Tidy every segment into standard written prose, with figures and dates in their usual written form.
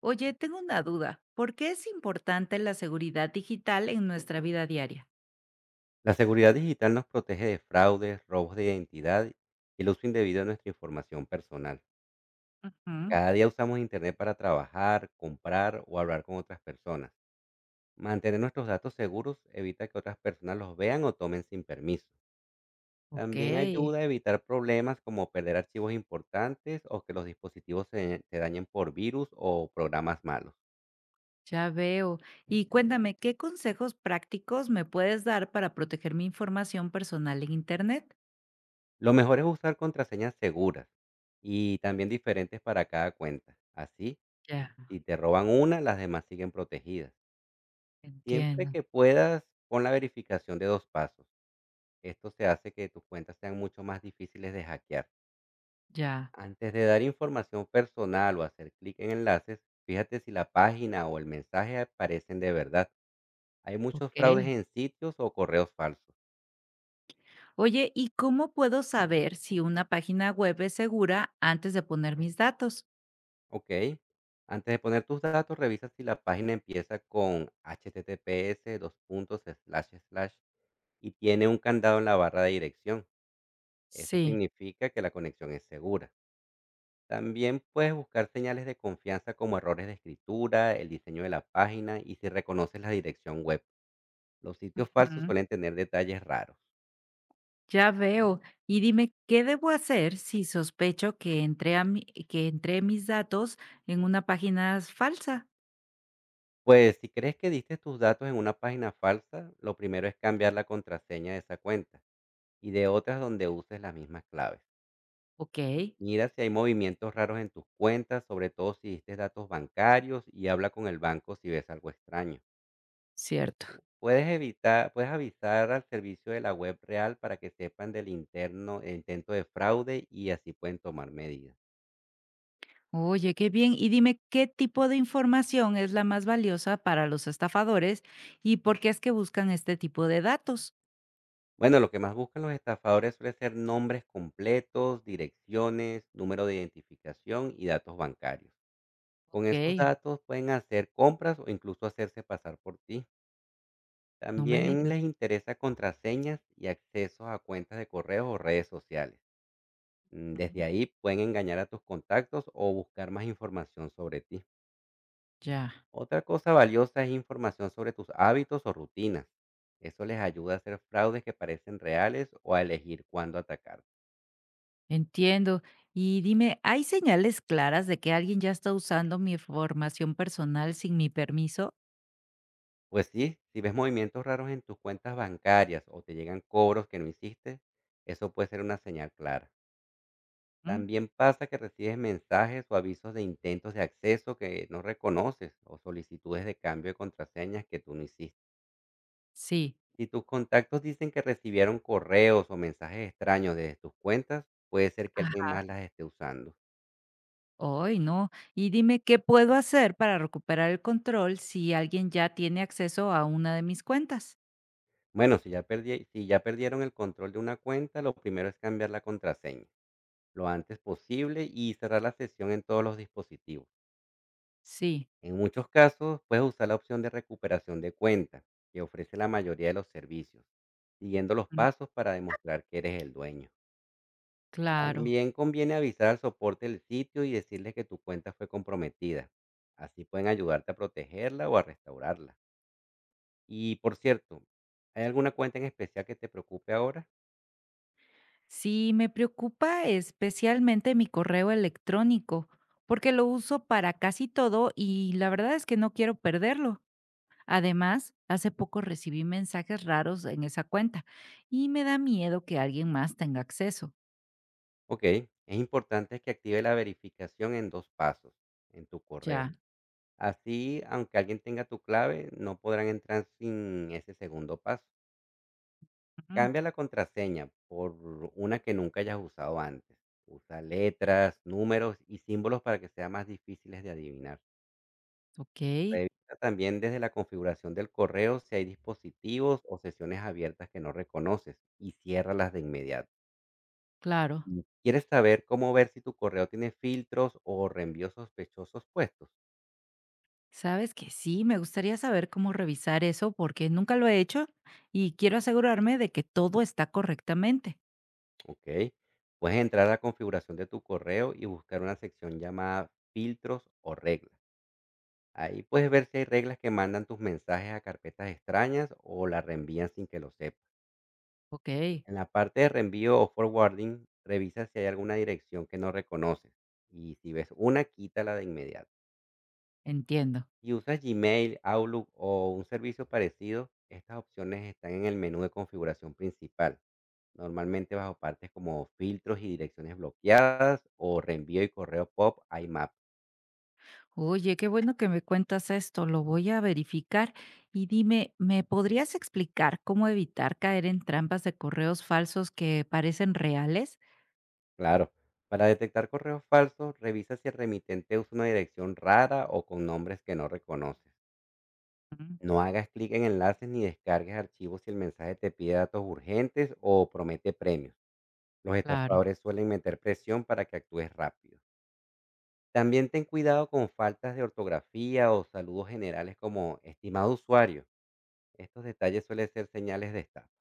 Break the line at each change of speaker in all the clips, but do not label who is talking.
Oye, tengo una duda. ¿Por qué es importante la seguridad digital en nuestra vida diaria?
La seguridad digital nos protege de fraudes, robos de identidad y el uso indebido de nuestra información personal.
Ujú.
Cada día usamos Internet para trabajar, comprar o hablar con otras personas. Mantener nuestros datos seguros evita que otras personas los vean o tomen sin permiso.
Ok,
También ayuda a evitar problemas como perder archivos importantes o que los dispositivos se dañen por virus o programas malos.
ya veo. Y cuéntame, ¿qué consejos prácticos me puedes dar para proteger mi información personal en Internet?
Lo mejor es usar contraseñas seguras y también diferentes para cada cuenta. Así,
Ya,
si te roban una, las demás siguen protegidas. Siempre
entiendo.
que puedas, con la verificación de 2 pasos. Esto se hace que tus cuentas sean mucho más difíciles de hackear.
Ya,
Antes de dar información personal o hacer clic en enlaces, fíjate si la página o el mensaje parecen de verdad. Hay muchos fraudes
ok.
en sitios o correos falsos.
Oye, ¿y cómo puedo saber si una página web es segura antes de poner mis datos?
Ok. Antes de poner tus datos, revisa si la página empieza con https:// :: slash slash y tiene un candado en la barra de dirección. Eso
Sí.
significa que la conexión es segura. También puedes buscar señales de confianza como errores de escritura, el diseño de la página y si reconoces la dirección web. Los sitios falsos suelen tener detalles raros.
Ya veo. Y dime, ¿qué debo hacer si sospecho que que entré mis datos en una página falsa?
Pues si crees que diste tus datos en una página falsa, lo primero es cambiar la contraseña de esa cuenta y de otras donde uses las mismas claves.
Ok,
Mira si hay movimientos raros en tus cuentas, sobre todo si diste datos bancarios, y habla con el banco si ves algo extraño.
cierto.
Pu puedes evitar puedes avisar al servicio de la web real para que sepan del interno el intento de fraude y así pueden tomar medidas.
Oye, qué bien. Y dime, ¿qué tipo de información es la más valiosa para los estafadores y por qué es que buscan este tipo de datos?
Bueno, lo que más buscan los estafadores suele ser nombres completos, direcciones, número de identificación y datos bancarios. Con esos
Ok.
datos pueden hacer compras o incluso hacerse pasar por ti.
No me
También
digas.
les interesa contraseñas y accesos a cuentas de correos o redes sociales.
Ujú.
Desde ahí pueden engañar a tus contactos o buscar más información sobre ti.
Ya.
Otra cosa valiosa es información sobre tus hábitos o rutinas. Eso les ayuda a hacer fraudes que parecen reales o a elegir cuándo atacar.
Entiendo. Y dime, ¿hay señales claras de que alguien ya está usando mi información personal sin mi permiso?
Pues sí, si ves movimientos raros en tus cuentas bancarias o te llegan cobros que no hiciste, eso puede ser una señal clara.
¿Mm?
También pasa que recibes mensajes o avisos de intentos de acceso que no reconoces o solicitudes de cambio de contraseñas que tú no hiciste.
Sí.
Si tus contactos dicen que recibieron correos o mensajes extraños desde tus cuentas, puede ser que alguien más las esté usando.
Ay, no. Y dime, ¿qué puedo hacer para recuperar el control si alguien ya tiene acceso a una de mis cuentas?
Bueno, si ya perdieron el control de una cuenta, lo primero es cambiar la contraseña lo antes posible y cerrar la sesión en todos los dispositivos.
Sí.
En muchos casos, puedes usar la opción de recuperación de cuenta, que ofrece la mayoría de los servicios, siguiendo los
Mm.
pasos para demostrar que eres el dueño.
Claro.
También conviene avisar al soporte del sitio y decirles que tu cuenta fue comprometida. Así pueden ayudarte a protegerla o a restaurarla. Y por cierto, ¿hay alguna cuenta en especial que te preocupe ahora?
Sí, me preocupa especialmente mi correo electrónico, porque lo uso para casi todo y la verdad es que no quiero perderlo. Además, hace poco recibí mensajes raros en esa cuenta y me da miedo que alguien más tenga acceso.
Ok, es importante que active la verificación en 2 pasos en tu correo.
Ya.
Así, aunque alguien tenga tu clave, no podrán entrar sin ese segundo paso.
Ujú.
Cambia la contraseña por una que nunca hayas usado antes. Usa letras, números y símbolos para que sean más difíciles de adivinar.
Ok,
Revisa también desde la configuración del correo si hay dispositivos o sesiones abiertas que no reconoces y ciérralas de inmediato.
claro.
¿Quieres saber cómo ver si tu correo tiene filtros o reenvíos sospechosos puestos?
Sabes que sí, me gustaría saber cómo revisar eso porque nunca lo he hecho y quiero asegurarme de que todo está correctamente.
Ok. Puedes entrar a la configuración de tu correo y buscar una sección llamada filtros o reglas. Ahí puedes ver si hay reglas que mandan tus mensajes a carpetas extrañas o las reenvían sin que lo sepas.
Ok,
En la parte de reenvío o forwarding, revisa si hay alguna dirección que no reconoces y si ves una, quítala de inmediato.
entiendo.
Si usas Gmail, Outlook o un servicio parecido, estas opciones están en el menú de configuración principal, normalmente bajo partes como filtros y direcciones bloqueadas o reenvío y correo pop a IMAP.
Oye, qué bueno que me cuentas esto, lo voy a verificar. Y dime, ¿me podrías explicar cómo evitar caer en trampas de correos falsos que parecen reales?
Claro, para detectar correos falsos, revisa si el remitente usa una dirección rara o con nombres que no reconoces.
Mm.
No hagas clic en enlaces ni descargues archivos si el mensaje te pide datos urgentes o promete premios. Los
Claro,
estafadores suelen meter presión para que actúes rápido. También ten cuidado con faltas de ortografía o saludos generales como estimado usuario. Estos detalles suelen ser señales de estafa.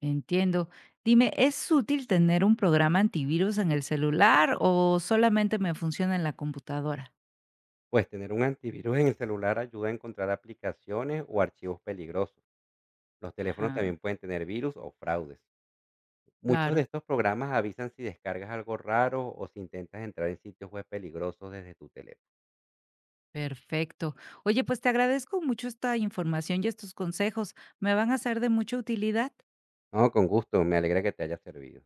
entiendo. Dime, ¿es útil tener un programa antivirus en el celular o solamente me funciona en la computadora?
Pues tener un antivirus en el celular ayuda a encontrar aplicaciones o archivos peligrosos. Los teléfonos
Ajá,
también pueden tener virus o fraudes. Muchos
claro.
de estos programas avisan si descargas algo raro o si intentas entrar en sitios web peligrosos desde tu teléfono.
Perfecto. Oye, pues te agradezco mucho esta información y estos consejos. Me van a ser de mucha utilidad.
No, con gusto, me alegra que te haya servido.